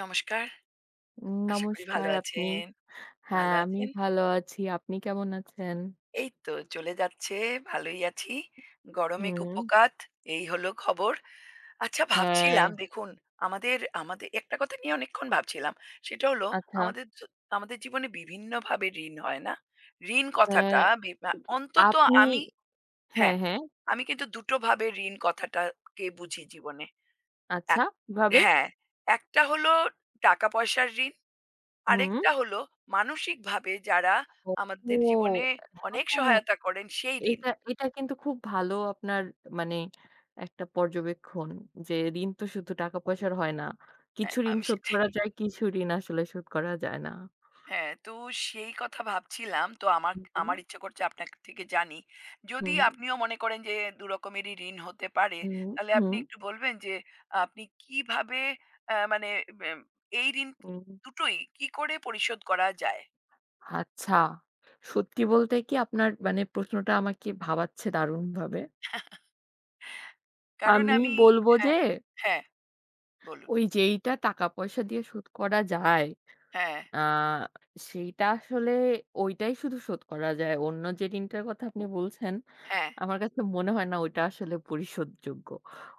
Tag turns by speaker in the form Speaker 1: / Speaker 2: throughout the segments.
Speaker 1: নমস্কার। আশা করি ভালো
Speaker 2: নমস্কার আপনি।
Speaker 1: আছেন।
Speaker 2: হ্যাঁ,
Speaker 1: ভালো
Speaker 2: আমি
Speaker 1: আছেন?
Speaker 2: ভালো আছি। আপনি কেমন আছেন?
Speaker 1: এই তো চলে যাচ্ছে, ভালোই আছি। গরমে
Speaker 2: হুম,
Speaker 1: কুপোকাত, এই হলো খবর। আচ্ছা
Speaker 2: হ্যাঁ,
Speaker 1: ভাবছিলাম দেখুন, আমাদের আমাদের একটা কথা নিয়ে অনেকক্ষণ ভাবছিলাম। সেটা হলো
Speaker 2: আচ্ছা।
Speaker 1: আমাদের জ আমাদের জীবনে বিভিন্নভাবে ঋণ হয় না? ঋণ কথাটা
Speaker 2: হ্যাঁ,
Speaker 1: বি আ অন্তত
Speaker 2: আপনি
Speaker 1: আমি।
Speaker 2: হ্যাঁ,
Speaker 1: হ্যাঁ,
Speaker 2: হ্যাঁ,
Speaker 1: আমি কিন্তু ২ টো ভাবে ঋণ কথাটাকে বুঝি জীবনে।
Speaker 2: আচ্ছা,
Speaker 1: এক।
Speaker 2: কিভাবে?
Speaker 1: হ্যাঁ, একটা হলো টাকা-পয়সার ঋণ।
Speaker 2: হুম।
Speaker 1: আরেকটা হলো মানসিকভাবে যারা আমাদের
Speaker 2: ও!
Speaker 1: জীবনে অনেক
Speaker 2: হ্যাঁ,
Speaker 1: সহায়তা করেন সেই ঋণ।
Speaker 2: এটা এটা কিন্তু খুব ভালো আপনার মানে একটা পর্যবেক্ষণ যে ঋণ তো শুধু টাকা-পয়সার হয় না।
Speaker 1: হ্যাঁ,
Speaker 2: কিছু ঋণ
Speaker 1: আমি
Speaker 2: শোধ
Speaker 1: সেটাই।
Speaker 2: করা যায়, কিছু ঋণ আসলে শোধ করা যায় না।
Speaker 1: হ্যাঁ, তো সেই কথা ভাবছিলাম। তো আমার
Speaker 2: হুম, হুম,
Speaker 1: আমার ইচ্ছে করছে আপনার থেকে জানি। যদি আপনিও মনে করেন যে ২ রকমেরই ঋণ হতে পারে,
Speaker 2: হুম,
Speaker 1: তাহলে
Speaker 2: হুম,
Speaker 1: আপনি একটু বলবেন যে আপনি কিভাবে, আ মানে ব্যাম এই ঋণ
Speaker 2: হুম।
Speaker 1: দুটোই কি করে পরিশোধ করা যায়?
Speaker 2: আচ্ছা। সত্যি বলতে কি আপনার মানে প্রশ্নটা আমাকে ভাবাচ্ছে দারুণভাবে।
Speaker 1: কারণ
Speaker 2: আমি
Speaker 1: আমি।
Speaker 2: বলবো
Speaker 1: হ্যাঁ,
Speaker 2: যে
Speaker 1: হ্যাঁ, বলুন।
Speaker 2: ওই যেইটা টাকা-পয়সা দিয়ে শোধ করা যায়,
Speaker 1: হ্যাঁ,
Speaker 2: আ সেইটা আসলে ওইটাই শুধু শোধ করা যায়। অন্য যে ঋণটার কথা আপনি বলছেন,
Speaker 1: হ্যাঁ,
Speaker 2: আমার কাছে মনে হয় না ওইটা আসলে পরিশোধযোগ্য।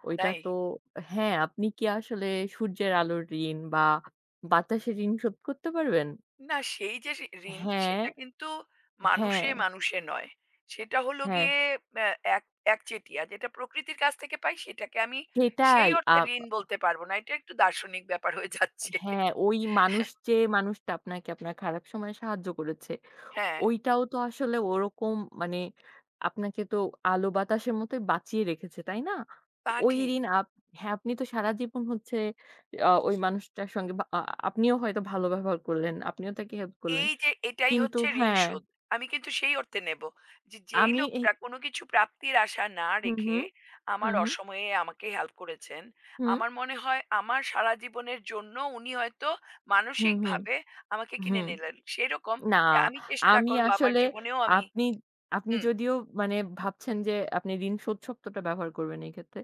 Speaker 2: ওইটা
Speaker 1: তাই?
Speaker 2: তো হ্যাঁ, আপনি কি আসলে সূর্যের আলোর ঋণ বা বাতাসের ঋণ শোধ করতে পারবেন?
Speaker 1: না, সেই যে ঋণ
Speaker 2: হ্যাঁ,
Speaker 1: সেটা কিন্তু
Speaker 2: হ্যাঁ,
Speaker 1: মানুষে মানুষে নয়। সেটা হলো
Speaker 2: হ্যাঁ।
Speaker 1: গিয়ে অ্যা এক একচেটিয়া। যেটা প্রকৃতির কাছ থেকে পাই সেটাকে আমি সেই
Speaker 2: সেটাই।
Speaker 1: অর্থে ঋণ বলতে পারব না। এটা একটু দার্শনিক ব্যাপার হয়ে যাচ্ছে।
Speaker 2: হ্যাঁ, ওই মানুষ যে মানুষটা আপনাকে আপনার খারাপ সময়ে সাহায্য করেছে,
Speaker 1: হ্যাঁ,
Speaker 2: ওইটাও তো আসলে ওরকম মানে আপনাকে তো আলো বাতাসের মতোই বাঁচিয়ে রেখেছে, তাই না?
Speaker 1: তা
Speaker 2: ওই
Speaker 1: ঠিক।
Speaker 2: ঋণ আপ হ্যাঁ, আপনি তো সারা জীবন হচ্ছে ওই মানুষটার সঙ্গে বা আপনিও হয়তো ভালো ব্যবহার করলেন, আপনিও তাকে হেল্প করলেন।
Speaker 1: এই যে এটাই
Speaker 2: কিন্তু
Speaker 1: হচ্ছে ঋণ
Speaker 2: হ্যাঁ,
Speaker 1: শোধ। আমি কিন্তু সেই অর্থে নেব। যে যেই
Speaker 2: আমি এই
Speaker 1: লোকটা কোনো কিছু প্রাপ্তির আশা না
Speaker 2: হুম,
Speaker 1: রেখে
Speaker 2: হুম,
Speaker 1: আমার
Speaker 2: হুম, হুম,
Speaker 1: অসময়ে আমাকে হেল্প করেছেন, আমার মনে হয় আমার সারা জীবনের জন্য উনি হয়তো
Speaker 2: হুম, হুম,
Speaker 1: মানসিকভাবে আমাকে
Speaker 2: হুম,
Speaker 1: কিনে
Speaker 2: হুম।
Speaker 1: নিলেন। সেরকম
Speaker 2: না,
Speaker 1: যে আমি চেষ্টা
Speaker 2: আমি
Speaker 1: করব আমার
Speaker 2: আসলে
Speaker 1: জীবনেও আমি।
Speaker 2: আপনি আপনি
Speaker 1: হুম,
Speaker 2: যদিও মানে ভাবছেন যে আপনি ঋণ শোধ শব্দটা ব্যবহার করবেন এই ক্ষেত্রে।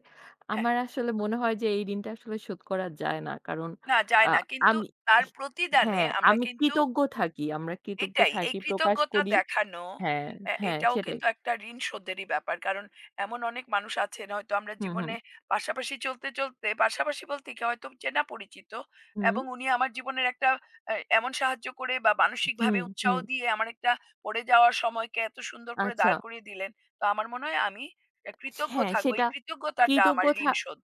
Speaker 1: হ্যাঁ,
Speaker 2: আমার আসলে মনে হয় যে এই ঋণটা আসলে শোধ করা যায় না। কারণ
Speaker 1: না,
Speaker 2: আ
Speaker 1: যায় না। কিন্তু
Speaker 2: আমি
Speaker 1: তার প্রতিদানে
Speaker 2: হ্যাঁ,
Speaker 1: আমরা
Speaker 2: আমি
Speaker 1: কিন্তু
Speaker 2: কৃতজ্ঞ থাকি। আমরা কৃতজ্ঞ
Speaker 1: এটাই, এই
Speaker 2: থাকি, প্রকাশ
Speaker 1: কৃতজ্ঞতা
Speaker 2: করি
Speaker 1: দেখানো
Speaker 2: হ্যাঁ, হ্যাঁ
Speaker 1: এটাও
Speaker 2: সেটাই।
Speaker 1: কিন্তু একটা ঋণ শোধেরই ব্যাপার। কারণ এমন অনেক মানুষ আছেন হয়তো আমরা
Speaker 2: হুম, হুম,
Speaker 1: জীবনে পাশাপাশি চলতে, চলতে পাশাপাশি বলতে কি হয়তো চেনা পরিচিত,
Speaker 2: হুম,
Speaker 1: এবং উনি আমার জীবনের একটা এমন সাহায্য করে বা মানসিকভাবে
Speaker 2: হুম,
Speaker 1: উৎসাহ
Speaker 2: হুম।
Speaker 1: দিয়ে আমার একটা পড়ে যাওয়ার সময়কে এত সুন্দর করে
Speaker 2: আচ্ছা।
Speaker 1: দাঁড় করিয়ে দিলেন। তো আমার মনে হয় আমি কৃতজ্ঞ
Speaker 2: হ্যাঁ,
Speaker 1: থাকবো।
Speaker 2: সেটা
Speaker 1: এই কৃতজ্ঞতাটা
Speaker 2: কৃতজ্ঞ
Speaker 1: আমার
Speaker 2: থা
Speaker 1: ঋণ শোধ।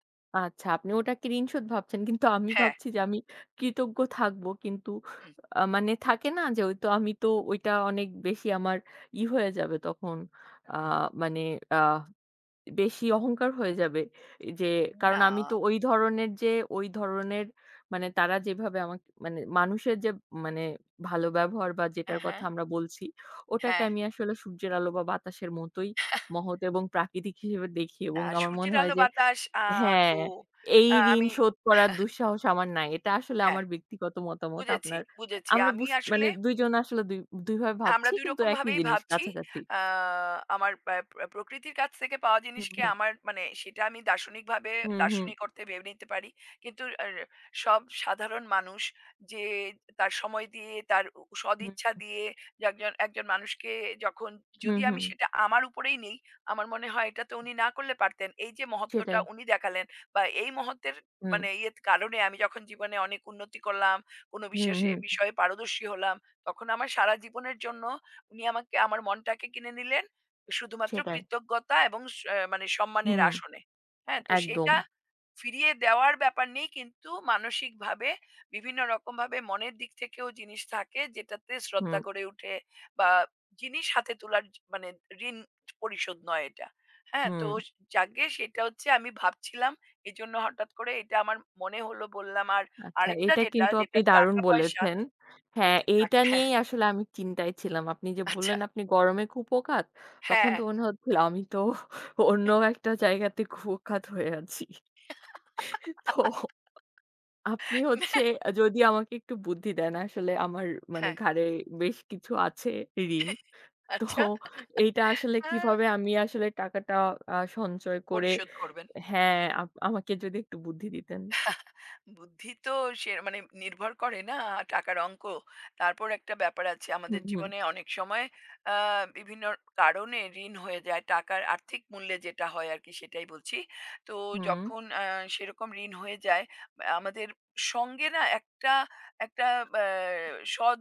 Speaker 2: আচ্ছা, আপনি ওটাকে ঋণশোধ ভাবছেন। কিন্তু আমি
Speaker 1: হ্যাঁ,
Speaker 2: ভাবছি যে আমি কৃতজ্ঞ থাকবো। কিন্তু
Speaker 1: হুম।
Speaker 2: মানে থাকে না যে ওই তো আমি তো ওইটা অনেক বেশি আমার ই হয়ে যাবে তখন। আ মানে আ বেশি অহংকার হয়ে যাবে। এ যে কারণ
Speaker 1: না,
Speaker 2: আমি তো ওই ধরনের যে ওই ধরনের মানে তারা যেভাবে আমাকে মানে মানুষের যে মানে ভালো ব্যবহার বা যেটার
Speaker 1: হ্যাঁ,
Speaker 2: কথা
Speaker 1: হ্যাঁ,
Speaker 2: আমরা বলছি, ওটাকে
Speaker 1: হ্যাঁ।
Speaker 2: আমি আসলে সূর্যের আলো বা বাতাসের মতোই মহৎ এবং প্রাকৃতিক হিসেবে দেখি এবং
Speaker 1: না
Speaker 2: আমার মনে
Speaker 1: সূর্যের
Speaker 2: হয়
Speaker 1: আলো
Speaker 2: যে
Speaker 1: বাতাস, তো
Speaker 2: হ্যাঁ, এই ঋণ
Speaker 1: আমি,
Speaker 2: শোধ করার দুঃসাহস আমার নাই। এটা আসলে
Speaker 1: হ্যাঁ।
Speaker 2: আমার ব্যক্তিগত মতামত।
Speaker 1: বুঝেছি,
Speaker 2: আপনার
Speaker 1: বুঝেছি।
Speaker 2: আমরা
Speaker 1: আমি
Speaker 2: বুঝ মানে
Speaker 1: আসলে
Speaker 2: ২ জন আসলে ২ ভাবে
Speaker 1: আমরা
Speaker 2: ভাবছি
Speaker 1: ২
Speaker 2: কিন্তু
Speaker 1: রকম
Speaker 2: একই
Speaker 1: ভাবেই
Speaker 2: জিনিস
Speaker 1: ভাবছি।
Speaker 2: কাছাকাছি।
Speaker 1: আ আমার প্যা প্র প্রকৃতির কাছ থেকে পাওয়া
Speaker 2: হুম,
Speaker 1: জিনিসকে
Speaker 2: হুম,
Speaker 1: আমার মানে সেটা আমি দার্শনিকভাবে,
Speaker 2: হুম, হুম,
Speaker 1: দার্শনিক অর্থে ভেবে নিতে পারি। কিন্তু আর সব সাধারণ মানুষ যে তার সময় দিয়ে, তার
Speaker 2: হুম,
Speaker 1: সদিচ্ছা দিয়ে যে একজন একজন মানুষকে যখন,
Speaker 2: হুম,
Speaker 1: যদি আমি
Speaker 2: হুম,
Speaker 1: সেটা আমার উপরেই নেই, আমার মনে হয় এটা তো উনি না করলে পারতেন। এই যে মহত্বটা
Speaker 2: সেটাই।
Speaker 1: উনি দেখালেন বা এই মহত্বের
Speaker 2: হুম,
Speaker 1: মানে ইয়ের কারণে আমি যখন জীবনে অনেক উন্নতি করলাম, কোনো
Speaker 2: হুম,
Speaker 1: বিশেষে
Speaker 2: হুম,
Speaker 1: বিষয়ে পারদর্শী হলাম। তখন আমার সারা জীবনের জন্য উনি আমাকে আমার মনটাকে কিনে নিলেন শুধুমাত্র
Speaker 2: সেটাই।
Speaker 1: কৃতজ্ঞতা এবং মানে সম্মানের
Speaker 2: হুম,
Speaker 1: আসনে। হ্যাঁ তো
Speaker 2: একদম।
Speaker 1: সেটা ফিরিয়ে দেওয়ার ব্যাপার নেই কিন্তু মানসিক ভাবে বিভিন্ন রকম ভাবে মনের দিক থেকেও জিনিস থাকে যেটাতে শ্রদ্ধা
Speaker 2: হুম,
Speaker 1: গড়ে উঠে, বা জিনিস হাতে তোলার মানে ঋণ পরিশোধ নয় এটা। হ্যাঁ তো
Speaker 2: হুম।
Speaker 1: যাকে সেটা হচ্ছে আমি ভাবছিলাম, এই জন্য হঠাৎ করে এটা আমার মনে হলো বললাম। আর
Speaker 2: আচ্ছা
Speaker 1: আরেকটা
Speaker 2: এটা
Speaker 1: যেটা
Speaker 2: কিন্তু আপনি
Speaker 1: যেটা
Speaker 2: দারুণ
Speaker 1: টাকা পয়সা,
Speaker 2: বলেছেন। হ্যাঁ,
Speaker 1: যেটা
Speaker 2: এইটা
Speaker 1: টাকা।
Speaker 2: নিয়েই আসলে আমি চিন্তায় ছিলাম। আপনি যে
Speaker 1: আচ্ছা।
Speaker 2: বললেন আপনি গরমে কুপোকাত, তখন
Speaker 1: হ্যাঁ।
Speaker 2: তো মনে হচ্ছিল আমি তো অন্য একটা জায়গাতে কুপোকাত হয়ে আছি। তো আপনি হচ্ছে যদি আমাকে একটু বুদ্ধি দেন আসলে আমার মানে
Speaker 1: হ্যাঁ,
Speaker 2: ঘাড়ে বেশ কিছু আছে ঋণ। তো
Speaker 1: আচ্ছা।
Speaker 2: এইটা আসলে
Speaker 1: আ
Speaker 2: কিভাবে আমি আসলে টাকাটা সঞ্চয় করে
Speaker 1: পরিশোধ করবেন।
Speaker 2: হ্যাঁ, আপ আমাকে যদি একটু বুদ্ধি দিতেন।
Speaker 1: বুদ্ধি তো সে মানে নির্ভর করে না টাকার অঙ্ক। তারপর একটা ব্যাপার আছে
Speaker 2: হুম,
Speaker 1: আমাদের
Speaker 2: হুম,
Speaker 1: জীবনে অনেক সময় আ বিভিন্ন কারণে ঋণ হয়ে যায়। টাকার আর্থিক মূল্যে যেটা হয় আরকি সেটাই বলছি। তো
Speaker 2: হুম,
Speaker 1: যখন সেরকম ঋণ হয়ে যায়, আমাদের সঙ্গে না একটা একটা আ সৎ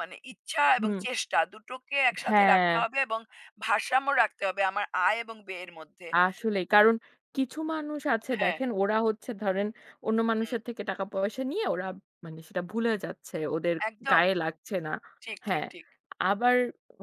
Speaker 1: মানে ইচ্ছা এবং
Speaker 2: হুম।
Speaker 1: চেষ্টা দুটোকে একসাথে
Speaker 2: হ্যাঁ।
Speaker 1: রাখতে হবে, এবং ভারসাম্য রাখতে হবে আমার আয় এবং ব্যয়ের মধ্যে।
Speaker 2: আসলেই। কারণ কিছু মানুষ আছে
Speaker 1: হ্যাঁ,
Speaker 2: দেখেন ওরা হচ্ছে ধরেন অন্য
Speaker 1: হুম।
Speaker 2: মানুষের থেকে টাকা পয়সা নিয়ে ওরা মানে সেটা ভুলে যাচ্ছে। ওদের
Speaker 1: একদম।
Speaker 2: গায়ে লাগছে না।
Speaker 1: ঠিক, ঠিক,
Speaker 2: হ্যাঁ।
Speaker 1: ঠিক।
Speaker 2: আবার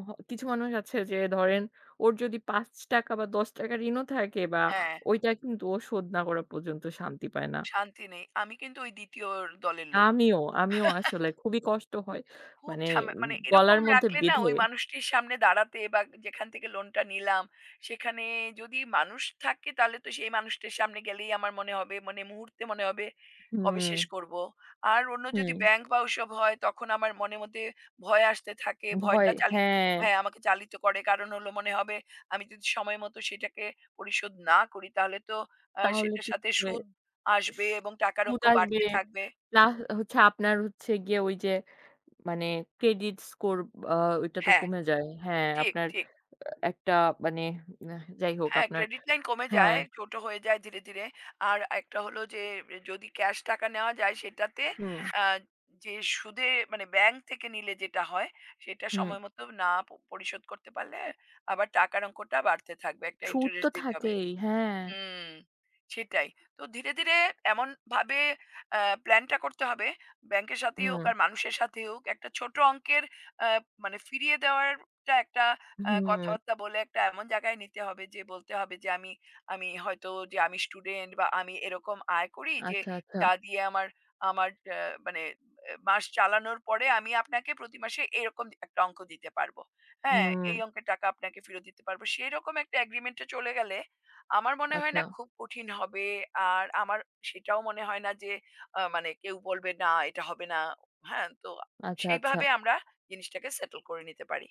Speaker 2: হ কিছু মানুষ আছে যে ধরেন ওর যদি ৳৫ বা ৳10 ঋণও থাকে বা
Speaker 1: হ্যাঁ।
Speaker 2: ওইটা কিন্তু ও শোধ না করা পর্যন্ত শান্তি পায় না।
Speaker 1: শান্তি নেই। আমি কিন্তু ওই ২য় দলের লোক।
Speaker 2: আমিও, আমিও আসলে খুবই কষ্ট হয়।
Speaker 1: খুব
Speaker 2: মানে
Speaker 1: ঝামে মানে
Speaker 2: গলার
Speaker 1: এরকম
Speaker 2: মধ্যে
Speaker 1: রাখলে না
Speaker 2: বেঁধে
Speaker 1: ওই মানুষটির সামনে দাঁড়াতে, বা যেখান থেকে লোনটা নিলাম, সেখানে যদি মানুষ থাকে তাহলে তো সেই মানুষটির সামনে গেলেই আমার মনে হবে, মানে মুহূর্তে মনে হবে কবে
Speaker 2: হুম,
Speaker 1: শেষ করব। আর অন্য যদি
Speaker 2: হুম।
Speaker 1: ব্যাংক বা ওসব হয় তখন আমার মনের মধ্যে ভয় আসতে থাকে।
Speaker 2: ভয়
Speaker 1: ভয়টা
Speaker 2: হ্যাঁ।
Speaker 1: চালিত, হ্যাঁ, আমাকে চালিত করে। কারণ হলো মনে হবে আমি যদি সময় মতো সেটাকে পরিশোধ না করি তাহলে তো
Speaker 2: তাহলে
Speaker 1: সেটার
Speaker 2: কি
Speaker 1: সাথে সুদ
Speaker 2: স
Speaker 1: আসবে এবং টাকার
Speaker 2: সুদ
Speaker 1: অঙ্ক
Speaker 2: আসবে
Speaker 1: বাড়তে থাকবে।
Speaker 2: না হচ্ছে আপনার হচ্ছে গিয়ে ওই যে মানে ক্রেডিট স্কোর আ ওইটা তো
Speaker 1: হ্যাঁ,
Speaker 2: কমে যায়। হ্যাঁ,
Speaker 1: ঠিক,
Speaker 2: আপনার
Speaker 1: ঠিক।
Speaker 2: একটা মানে আহ যাই হোক
Speaker 1: হ্যাঁ,
Speaker 2: আপনার
Speaker 1: ক্রেডিট লাইন কমে
Speaker 2: হ্যাঁ,
Speaker 1: যায়, ছোট হয়ে যায় ধীরে, ধীরে। আর একটা হলো যে যদি ক্যাশ টাকা নেওয়া যায় সেটাতে,
Speaker 2: হুম,
Speaker 1: আ যে সুদে মানে ব্যাংক থেকে নিলে যেটা হয় সেটা
Speaker 2: হুম।
Speaker 1: সময়মতো না পরিশোধ করতে পারলে আবার টাকার অঙ্কটা বাড়তে থাকবে। একটা
Speaker 2: সুদ তো
Speaker 1: ইন্টারেস্ট দিতে হবে।
Speaker 2: থাকেই। হ্যাঁ,
Speaker 1: হুম, সেটাই। তো ধীরে, ধীরে এমনভাবে আ প্ল্যানটা করতে হবে, ব্যাংকের সাথেই হোক
Speaker 2: হুম,
Speaker 1: আর মানুষের সাথেই হোক, একটা ছোট অঙ্কের আ মানে ফিরিয়ে দেওয়ারটা একটা
Speaker 2: হুম।
Speaker 1: কথাবার্তা বলে একটা এমন জায়গায় নিতে হবে যে বলতে হবে যে, "আমি আমি হয়তো যে আমি স্টুডেন্ট বা আমি এরকম আয় করি যে
Speaker 2: আচ্ছা, আচ্ছা।
Speaker 1: যা দিয়ে আমার আমার আ মানে এ মাস চালানোর পরে আমি আপনাকে প্রতি মাসে এরকম একটা অঙ্ক দিতে পারব। হ্যাঁ,
Speaker 2: হুম,
Speaker 1: এই অঙ্কের টাকা আপনাকে ফেরত দিতে পারব।" সেরকম একটা এগ্রিমেন্টে চলে গেলে আমার মনে হয়
Speaker 2: আচ্ছা,
Speaker 1: না খুব কঠিন হবে। আর আমার সেটাও মনে হয় না যে মানে কেউ বলবে, "না, এটা হবে না।" হ্যাঁ? তো
Speaker 2: আচ্ছা, আচ্ছা।
Speaker 1: সেইভাবে আমরা জিনিসটাকে সেটল করে নিতে পারি।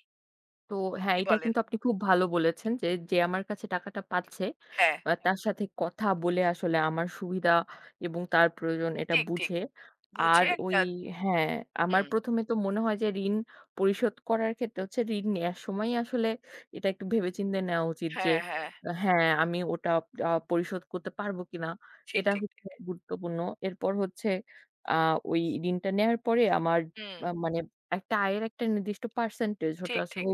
Speaker 2: তো হ্যাঁ,
Speaker 1: কি
Speaker 2: এটা
Speaker 1: বলেন?
Speaker 2: কিন্তু আপনি খুব ভালো বলেছেন যে, যে আমার কাছে টাকাটা পাচ্ছে,
Speaker 1: হ্যাঁ,
Speaker 2: তার সাথে কথা বলে আসলে আমার সুবিধা এবং তার প্রয়োজন এটা
Speaker 1: ঠিক, ঠিক।
Speaker 2: বুঝে। আর
Speaker 1: বুঝে
Speaker 2: ওই
Speaker 1: একটা।
Speaker 2: হ্যাঁ, আমার
Speaker 1: হুম।
Speaker 2: ১ম এ তো মনে হয় যে ঋণ পরিশোধ করার ক্ষেত্রে হচ্ছে ঋণ নেয়ার সময়ই আসলে এটা একটু ভেবেচিন্তে নেওয়া উচিত যে,
Speaker 1: হ্যাঁ, হ্যাঁ।
Speaker 2: আহ, হ্যাঁ, আমি ওটা পরিশোধ করতে পারবো কিনা?
Speaker 1: ঠিক,
Speaker 2: এটা
Speaker 1: ঠিক।
Speaker 2: হচ্ছে গুরুত্বপূর্ণ। এরপর হচ্ছে আ ওই ঋণটা নেয়ার পরে আমার
Speaker 1: হুম।
Speaker 2: মানে একটা আয়ের একটা নির্দিষ্ট পার্সেন্টেজ ওটা
Speaker 1: ঠিক,
Speaker 2: আসলে
Speaker 1: ঠিক।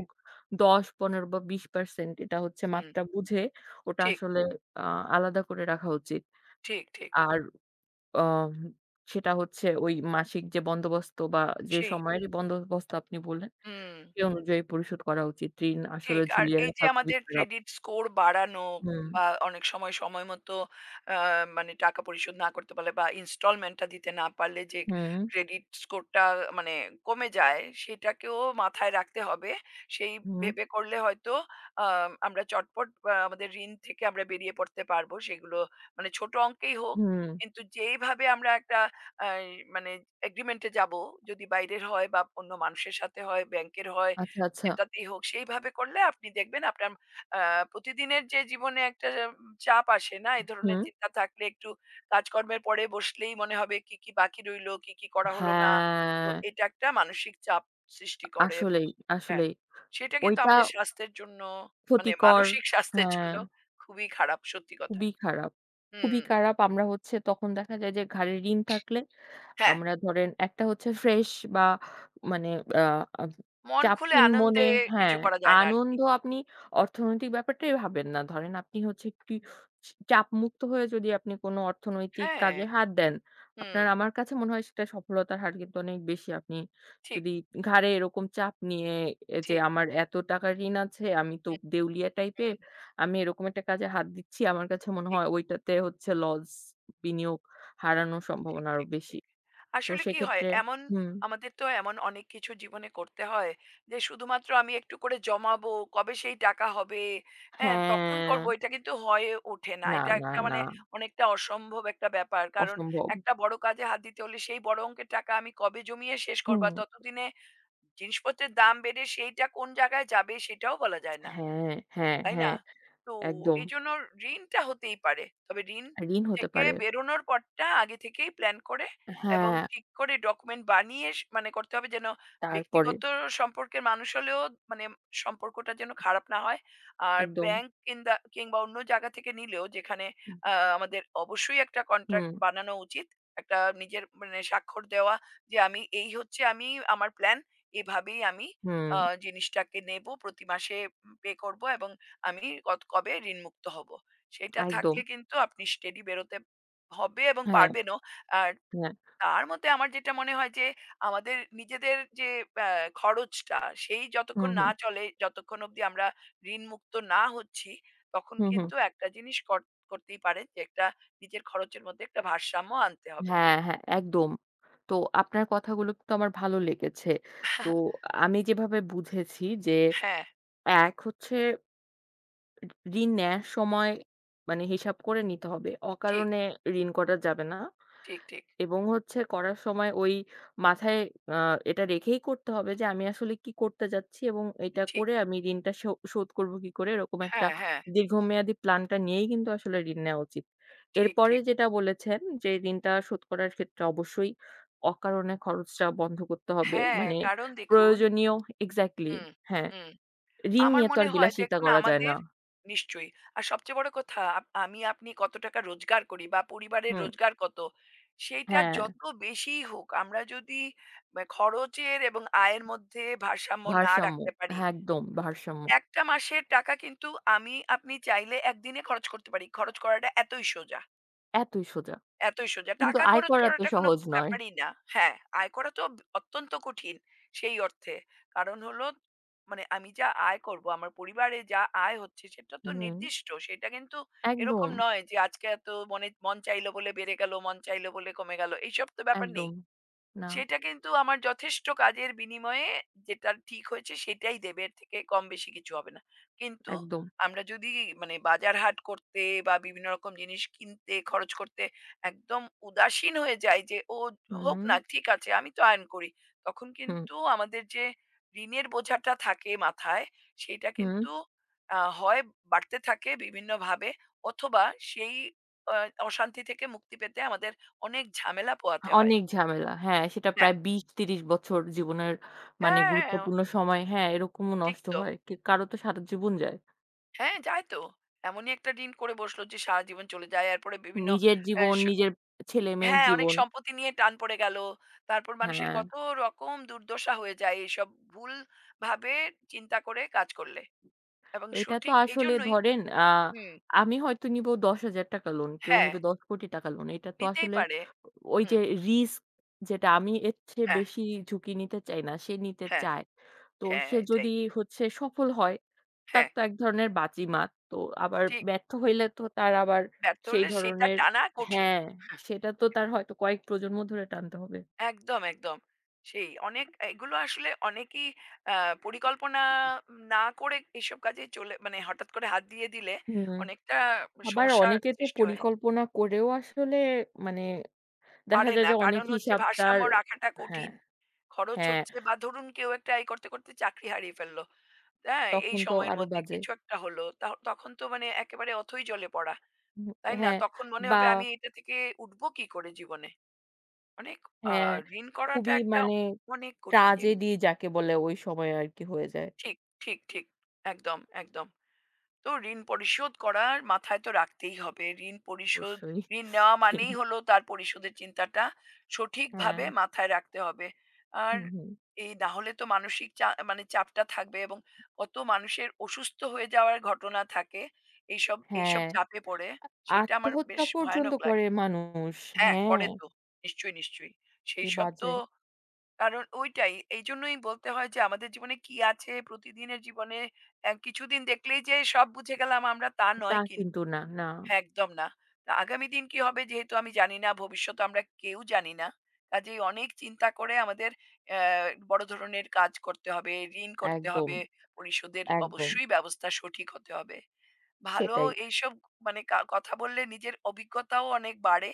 Speaker 2: ১০, ১৫ বা ২০% এটা হচ্ছে
Speaker 1: হুম।
Speaker 2: মাত্রা বুঝে ওটা
Speaker 1: ঠিক,
Speaker 2: আসলে আ আলাদা করে রাখা উচিত।
Speaker 1: ঠিক, ঠিক।
Speaker 2: আর আম সেটা হচ্ছে ওই মাসিক যে বন্দোবস্ত বা যে
Speaker 1: সেই।
Speaker 2: সময়েরই বন্দোবস্ত আপনি বললেন,
Speaker 1: হুম।
Speaker 2: সে অনুযায়ী পরিশোধ করা উচিত। ঋণ আসলে
Speaker 1: ঠিক। আর
Speaker 2: ঝুলিয়ে
Speaker 1: এই যে
Speaker 2: রাখা খুবই
Speaker 1: আমাদের
Speaker 2: খারাপ।
Speaker 1: ক্রেডিট স্কোর বাড়ানো,
Speaker 2: হুম,
Speaker 1: বা অনেক সময়, সময় মতো আ মানে টাকা পরিশোধ না করতে পারলে বা ইনস্টলমেন্টটা দিতে না পারলে যে
Speaker 2: হুম,
Speaker 1: ক্রেডিট স্কোরটা মানে কমে যায়, সেটাকেও মাথায় রাখতে হবে। সেই
Speaker 2: হুম,
Speaker 1: ভেবে করলে হয়তো আ আমরা চটপট আমাদের ঋণ থেকে আমরা বেরিয়ে পড়তে পারবো। সেগুলো মানে ছোট অঙ্কেই হোক।
Speaker 2: হুম।
Speaker 1: কিন্তু যেইভাবে আমরা একটা আ মানে এগ্রিমেন্টে যাবো, যদি বাইরের হয় বা অন্য মানুষের সাথে হয়, ব্যাংকের হয়,
Speaker 2: আচ্ছা, আচ্ছা।
Speaker 1: যেটাতেই হোক সেইভাবে করলে আপনি দেখবেন আপনার আ প্রতিদিনের যে জীবনে একটা চাপ আসে না? এই
Speaker 2: হুম।
Speaker 1: ধরনের চিন্তা থাকলে একটু কাজকর্মের পরে বসলেই মনে হবে কি, কি বাকি রইলো? কি, কি করা হলো না? তো
Speaker 2: হ্যাঁ,
Speaker 1: এটা একটা মানসিক চাপ সৃষ্টি করে এবং,
Speaker 2: আসলেই,
Speaker 1: হ্যাঁ,
Speaker 2: আসলেই।
Speaker 1: সেটা কিন্তু
Speaker 2: ওইটা
Speaker 1: আমাদের স্বাস্থ্যের জন্য মানে
Speaker 2: ক্ষতিকর।
Speaker 1: মানসিক স্বাস্থ্যের
Speaker 2: হ্যাঁ,
Speaker 1: জন্য খুবই খারাপ সত্যি কথা।
Speaker 2: খুবই খারাপ। খুবই
Speaker 1: হুম,
Speaker 2: খারাপ। আমরা হচ্ছে তখন দেখা যায় যে ঘাড়ে ঋণ থাকলে
Speaker 1: হ্যাঁ,
Speaker 2: আমরা ধরেন একটা হচ্ছে ফ্রেশ বা মানে আ আব
Speaker 1: মন খুলে
Speaker 2: চাপহীন মনে
Speaker 1: আনন্দে কিছু
Speaker 2: হ্যাঁ,
Speaker 1: করা যায় না আরকি।
Speaker 2: আনন্দ আপনি অর্থনৈতিক ব্যাপারটাই ভাবেন না। ধরেন আপনি হচ্ছে একটি চ চাপমুক্ত হয়ে যদি আপনি কোনো অর্থনৈতিক
Speaker 1: হ্যাঁ,
Speaker 2: কাজে হাত দেন,
Speaker 1: হুম,
Speaker 2: আপনার আমার কাছে মনে হয় সেটা সফলতার হার কিন্তু অনেক বেশি। আপনি
Speaker 1: ঠিক,
Speaker 2: যদি ঘাড়ে এরকম চাপ নিয়ে এ যে
Speaker 1: ঠিক।
Speaker 2: আমার এত টাকা ঋণ আছে, আমি তো
Speaker 1: হুম,
Speaker 2: দেউলিয়া টাইপের।
Speaker 1: হুম,
Speaker 2: আমি এরকম একটা কাজে হাত দিচ্ছি। আমার কাছে মনে
Speaker 1: ঠিক,
Speaker 2: হয় ওইটাতে হচ্ছে লস বিনিয়োগ হারানোর
Speaker 1: ঠিক, ঠিক,
Speaker 2: সম্ভাবনা আরো
Speaker 1: ঠিক,
Speaker 2: বেশি।
Speaker 1: ঠিক।
Speaker 2: তো
Speaker 1: আসলে কি হয়
Speaker 2: সেক্ষেত্রে
Speaker 1: এমন
Speaker 2: হুম,
Speaker 1: আমাদের তো এমন অনেক কিছু জীবনে করতে হয় যে শুধুমাত্র আমি একটু করে জমাবো, কবে সেই টাকা হবে, হ্যাঁ তখন করব,
Speaker 2: হ্যাঁ,
Speaker 1: এটা কিন্তু হয়ে ওঠে না।
Speaker 2: না,
Speaker 1: এটা
Speaker 2: না,
Speaker 1: একটা
Speaker 2: না,
Speaker 1: মানে অনেকটা অসম্ভব একটা ব্যাপার, কারণ
Speaker 2: অসম্ভব।
Speaker 1: একটা বড় কাজে হাত দিতে হলে সেই বড় অঙ্কের টাকা আমি কবে জমিয়ে শেষ করবো,
Speaker 2: হুম,
Speaker 1: আর ততদিনে জিনিসপত্রের দাম বেড়ে সেইটা কোন জায়গায় যাবে সেটাও বলা যায় না,
Speaker 2: হ্যাঁ, হ্যাঁ,
Speaker 1: তাই না?
Speaker 2: হ্যাঁ,
Speaker 1: তো
Speaker 2: একদম।
Speaker 1: এজন্য ঋণটা হতেই পারে। তবে ঋণ
Speaker 2: ঋণ হতে
Speaker 1: থেকে
Speaker 2: পারে।
Speaker 1: বেরোনোর পথটা আগে থেকেই প্ল্যান করে এবং
Speaker 2: হ্যাঁ,
Speaker 1: ঠিক করে ডকুমেন্ট বানিয়ে মানে করতে হবে, যেন
Speaker 2: তারপরে
Speaker 1: ব্যক্তিগত সম্পর্কের মানুষ হলেও মানে সম্পর্কটা যেন খারাপ না হয়। আর
Speaker 2: একদম।
Speaker 1: ব্যাংক কিন্দা কিংবা অন্য জায়গা থেকে নিলেও যেখানে আ আমাদের অবশ্যই একটা কন্ট্রাক্ট
Speaker 2: হুম,
Speaker 1: বানানো উচিত। একটা নিজের মানে স্বাক্ষর দেওয়া যে আমি এই হচ্ছে আমি, আমার প্ল্যান এভাবেই আমি
Speaker 2: হুম,
Speaker 1: আ জিনিসটাকে নেব। প্রতি মাসে পে করব এবং আমি কত কবে ঋণমুক্ত হব। সেটা
Speaker 2: একদম।
Speaker 1: থাকলে কিন্তু আপনি স্টেডি বেরোতে হবে এবং
Speaker 2: হ্যাঁ,
Speaker 1: পারবেনও। আর
Speaker 2: হ্যাঁ,
Speaker 1: তার মধ্যে আমার যেটা মনে হয় যে আমাদের নিজেদের যে অ্যা খরচটা সেই
Speaker 2: হুম,
Speaker 1: যতক্ষণ না
Speaker 2: হুম,
Speaker 1: চলে, যতক্ষণ অবধি আমরা ঋণমুক্ত না হচ্ছি, তখন
Speaker 2: হুম, হুম।
Speaker 1: কিন্তু একটা জিনিস করতেই পারেন যে একটা নিজের খরচের মধ্যে একটা ভারসাম্য আনতে হবে।
Speaker 2: হ্যাঁ, হ্যাঁ, একদম। তো আপনার কথাগুলো কিন্তু আমার ভালো লেগেছে। তো আমি যেভাবে বুঝেছি যে,
Speaker 1: হ্যাঁ,
Speaker 2: এক হচ্ছে ঋণ নেয়ার সময় মানে হিসাব করে নিতে হবে।
Speaker 1: ঠিক,
Speaker 2: অকারণে ঋণ করা যাবে না।
Speaker 1: ঠিক, ঠিক,
Speaker 2: এবং হচ্ছে করার সময় ওই মাথায় আ এটা রেখেই করতে হবে যে আমি আসলে কি করতে যাচ্ছি এবং এটা
Speaker 1: ঠিক।
Speaker 2: করে আমি ঋণটা শো শোধ করব কি করে? এরকম একটা
Speaker 1: হ্যাঁ, হ্যাঁ,
Speaker 2: দীর্ঘমেয়াদী প্ল্যানটা নিয়েই কিন্তু আসলে ঋণ নেওয়া উচিত।
Speaker 1: ঠিক,
Speaker 2: এরপরে
Speaker 1: ঠিক।
Speaker 2: যেটা বলেছেন যে ঋণটা শোধ করার ক্ষেত্রে অবশ্যই অকারণে খরচটা বন্ধ করতে হবে।
Speaker 1: হ্যাঁ,
Speaker 2: মানে
Speaker 1: কারণ দেখুন।
Speaker 2: প্রয়োজনীয় এক্সাক্টলি
Speaker 1: হুম,
Speaker 2: হ্যাঁ,
Speaker 1: হুম।
Speaker 2: ঋণ
Speaker 1: আমার
Speaker 2: নিয়ে তো
Speaker 1: মনে
Speaker 2: আর
Speaker 1: হয়
Speaker 2: বিলাসিতা
Speaker 1: দেখুন
Speaker 2: করা যায় না।
Speaker 1: আমাদের, নিশ্চয়ই। আর সবচেয়ে বড় কথা আমি আপনি কত টাকা রোজগার করি বা পরিবারের
Speaker 2: হুম,
Speaker 1: রোজগার কত, সেইটা
Speaker 2: হ্যাঁ,
Speaker 1: যত বেশিই হোক আমরা যদি খরচের এবং আয়ের মধ্যে ভারসাম্য না
Speaker 2: ভারসাম্য
Speaker 1: রাখতে পারি,
Speaker 2: হ্যাঁ, একদম ভারসাম্য।
Speaker 1: একটা মাসের টাকা কিন্তু আমি আপনি চাইলে একদিনে খরচ করতে পারি। খরচ করাটা এতই সোজা।
Speaker 2: এতই সোজা।
Speaker 1: এতই সোজা।
Speaker 2: কিন্তু
Speaker 1: টাকা
Speaker 2: আয়
Speaker 1: খরচ
Speaker 2: করা তো
Speaker 1: করাটা কোনো
Speaker 2: সহজ নয়।
Speaker 1: ব্যাপারই না। হ্যাঁ, আয় করা তো অত্যন্ত কঠিন সেই অর্থে। কারণ হলো মানে আমি যা আয় করব, আমার পরিবারে যা আয় হচ্ছে সেটা তো
Speaker 2: হুম,
Speaker 1: নির্দিষ্ট। সেটা কিন্তু এরকম
Speaker 2: একদম,
Speaker 1: নয় যে আজকে এত মনে মন চাইল বলে বেড়ে গেল, মন চাইল বলে কমে গেল। এইসব তো ব্যাপার নেই।
Speaker 2: একদম। না,
Speaker 1: সেটা কিন্তু আমার যথেষ্ট কাজের বিনিময়ে যেটা ঠিক হয়েছে সেটাই দেবে। এর থেকে কম বেশি কিছু হবে না। কিন্তু
Speaker 2: একদম।
Speaker 1: আমরা যদি মানে বাজার হাট করতে বা বিভিন্ন রকম জিনিস কিনতে, খরচ করতে একদম উদাসীন হয়ে যাই যে, "ও হোক
Speaker 2: হুম,
Speaker 1: না, ঠিক আছে, আমি তো আর্ন করি।" তখন
Speaker 2: হুম,
Speaker 1: কিন্তু আমাদের যে ঋণের বোঝাটা থাকে মাথায়, সেইটা
Speaker 2: হুম।
Speaker 1: কিন্তু আ হয় বাড়তে থাকে বিভিন্নভাবে, অথবা সেই আ অশান্তি থেকে মুক্তি পেতে আমাদের অনেক ঝামেলা পোহাতে হয়।
Speaker 2: অনেক ঝামেলা। হ্যাঁ, সেটা
Speaker 1: হ্যাঁ।
Speaker 2: প্রায় ২০-৩০ বছর জীবনের মানে
Speaker 1: হ্যাঁ,
Speaker 2: গুরুত্বপূর্ণ সময় হ্যাঁ, এরকমও
Speaker 1: ঠিক
Speaker 2: নষ্ট
Speaker 1: তো।
Speaker 2: হয়। কে কারো তো সারা জীবন যায়।
Speaker 1: হ্যাঁ, যায় তো। এমনই একটা দিন করে বসলো যে সারাজীবন চলে যায়। এরপরে বিভিন্ন
Speaker 2: নিজের
Speaker 1: অ্যা
Speaker 2: জীবন,
Speaker 1: স
Speaker 2: নিজের ছেলেমেয়ের
Speaker 1: হ্যাঁ, অনেক
Speaker 2: জীবন।
Speaker 1: সম্পত্তি নিয়ে টান পড়ে গেল। তারপর মানুষের
Speaker 2: হ্যাঁ।
Speaker 1: কত রকম দুর্দশা হয়ে যায় এইসব ভুলভাবে চিন্তা করে কাজ করলে। এবং
Speaker 2: এটা তো
Speaker 1: সঠিক
Speaker 2: আসলে
Speaker 1: এইজন্যই,
Speaker 2: ধরেন
Speaker 1: হুম,
Speaker 2: আমি হয়তো নিবো ৳১০,০০০ লোন, কেউ
Speaker 1: হ্যাঁ,
Speaker 2: নিবে ৳১০,০০,০০,০০,০০০ লোন। এটা তো
Speaker 1: নিতেই
Speaker 2: আসলে
Speaker 1: পারে।
Speaker 2: ওই যে
Speaker 1: হুম,
Speaker 2: রিস্ক যেটা আমি এর চেয়ে
Speaker 1: হ্যাঁ,
Speaker 2: বেশি ঝুঁকি নিতে চাই না, সে নিতে
Speaker 1: হ্যাঁ,
Speaker 2: চায়। তো
Speaker 1: হ্যাঁ,
Speaker 2: সে যদি
Speaker 1: এটাই।
Speaker 2: হচ্ছে সফল হয়, তার
Speaker 1: হ্যাঁ,
Speaker 2: তো এক ধরনের বাজিমাত। তো আবার
Speaker 1: ঠিক।
Speaker 2: ব্যর্থ হইলে তো তার আবার
Speaker 1: ব্যর্থ
Speaker 2: সেই
Speaker 1: হলে সেটা
Speaker 2: ধরনের
Speaker 1: টানা কঠিন।
Speaker 2: হ্যাঁ,
Speaker 1: হ্যাঁ।
Speaker 2: সেটা তো তার হয়তো কয়েক প্রজন্ম ধরে টানতে হবে।
Speaker 1: একদম, একদম। সেই অনেক এগুলো আসলে অনেকেই আ পরিকল্পনা না করে এসব কাজে চলে মানে হঠাৎ করে হাত দিয়ে দিলে
Speaker 2: হুম,
Speaker 1: অনেকটা
Speaker 2: আবার
Speaker 1: সমস্যার
Speaker 2: অনেকে তো
Speaker 1: সৃষ্টি হয়।
Speaker 2: পরিকল্পনা করেও আসলে মানে দেখা
Speaker 1: পারে
Speaker 2: যায়
Speaker 1: না।
Speaker 2: যে অনেক
Speaker 1: কারণ হচ্ছে
Speaker 2: হিসাব তার
Speaker 1: ভারসাম্য রাখাটা
Speaker 2: হ্যাঁ,
Speaker 1: কঠিন। খরচ
Speaker 2: হ্যাঁ,
Speaker 1: হচ্ছে বা ধরুন কেউ একটা এই করতে, করতে চাকরি হারিয়ে ফেললো। হ্যাঁ? এই
Speaker 2: তখন তো
Speaker 1: সময়ের
Speaker 2: আরো
Speaker 1: মধ্যে
Speaker 2: বাজে।
Speaker 1: কিছু একটা হলো। তা তখন তো মানে একেবারে অথৈ জলে পড়া।
Speaker 2: হুম,
Speaker 1: তাই না?
Speaker 2: হ্যাঁ,
Speaker 1: তখন মনে
Speaker 2: বা
Speaker 1: হবে আমি এটা থেকে উঠবো কি করে জীবনে? অনেক আ
Speaker 2: হ্যাঁ,
Speaker 1: ঋণ করাটা
Speaker 2: খুবই
Speaker 1: একটা
Speaker 2: মানে
Speaker 1: অনেক কঠিন জিনিস।
Speaker 2: ট্রাজেডি যাকে বলে ওই সময় আরকি হয়ে যায়
Speaker 1: ঠিক, ঠিক, ঠিক। একদম, একদম। তো ঋণ পরিশোধ করার মাথায় তো রাখতেই হবে। ঋণ পরিশোধ,
Speaker 2: অবশ্যই।
Speaker 1: ঋণ নেওয়া মানেই হলো তার পরিশোধের চিন্তাটা
Speaker 2: হ্যাঁ,
Speaker 1: সঠিকভাবে মাথায় রাখতে হবে। আর
Speaker 2: হুম, হুম।
Speaker 1: এই না হলে তো মানসিক মানে চাপটা থাকবে এবং কত মানুষের অসুস্থ হয়ে যাওয়ার ঘটনা থাকে। এইসব এইসব
Speaker 2: হ্যাঁ,
Speaker 1: চাপে পড়ে। সেটা আমার
Speaker 2: আত্মহত্যা
Speaker 1: বেশ
Speaker 2: পর্যন্ত
Speaker 1: ভয়ানক
Speaker 2: করে
Speaker 1: লাগে।
Speaker 2: মানুষ।
Speaker 1: হ্যাঁ,
Speaker 2: হ্যাঁ,
Speaker 1: করে তো। নিশ্চয়ই, নিশ্চয়ই।
Speaker 2: কি
Speaker 1: সেইসব তো
Speaker 2: বাজে।
Speaker 1: কারণ ওইটাই। এইজন্যই বলতে হয় যে আমাদের জীবনে কি আছে প্রতিদিনের জীবনে কিছুদিন দেখলেই যে সব বুঝে গেলাম আমরা তা
Speaker 2: তা
Speaker 1: নয়
Speaker 2: কিন্তু
Speaker 1: কিন্তু।
Speaker 2: না, না।
Speaker 1: হ্যাঁ, একদম না। তা আগামী দিন কি হবে যেহেতু আমি জানি না, ভবিষ্যৎ আমরা কেউ জানি না। কাজেই অনেক চিন্তা করে আমাদের অ্যা বড় ধরনের কাজ করতে হবে, ঋণ করতে
Speaker 2: একদম,
Speaker 1: হবে, পরিশোধের
Speaker 2: একদম।
Speaker 1: অবশ্যই ব্যবস্থা সঠিক হতে হবে। ভালো
Speaker 2: সেটাই।
Speaker 1: এইসব মানে কথা বললে নিজের অভিজ্ঞতাও অনেক বাড়ে।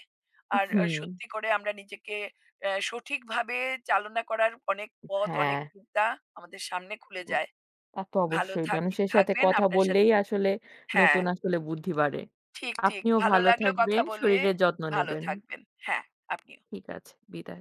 Speaker 1: আর
Speaker 2: হুম,
Speaker 1: সত্যি করে আমরা নিজেকে সঠিকভাবে চালনা করার অনেক পথ, অনেক
Speaker 2: হ্যাঁ।
Speaker 1: চিন্তা আমাদের সামনে খুলে যায়।
Speaker 2: তা তো
Speaker 1: ভালো
Speaker 2: অবশ্যই।
Speaker 1: থাক
Speaker 2: মানুষের সাথে
Speaker 1: থাকবেন
Speaker 2: কথা
Speaker 1: আপনার সাথে,
Speaker 2: বললেই আসলে
Speaker 1: হ্যাঁ,
Speaker 2: নতুন আসলে বুদ্ধি বাড়ে।
Speaker 1: ঠিক, ঠিক।
Speaker 2: আপনিও
Speaker 1: ভালো
Speaker 2: ভালো
Speaker 1: লাগলো
Speaker 2: থাকবেন,
Speaker 1: কথা বলে।
Speaker 2: শরীরের যত্ন
Speaker 1: ভালো
Speaker 2: নেবেন।
Speaker 1: থাকবেন। হ্যাঁ, আপনিও।
Speaker 2: ঠিক আছে। বিদায়।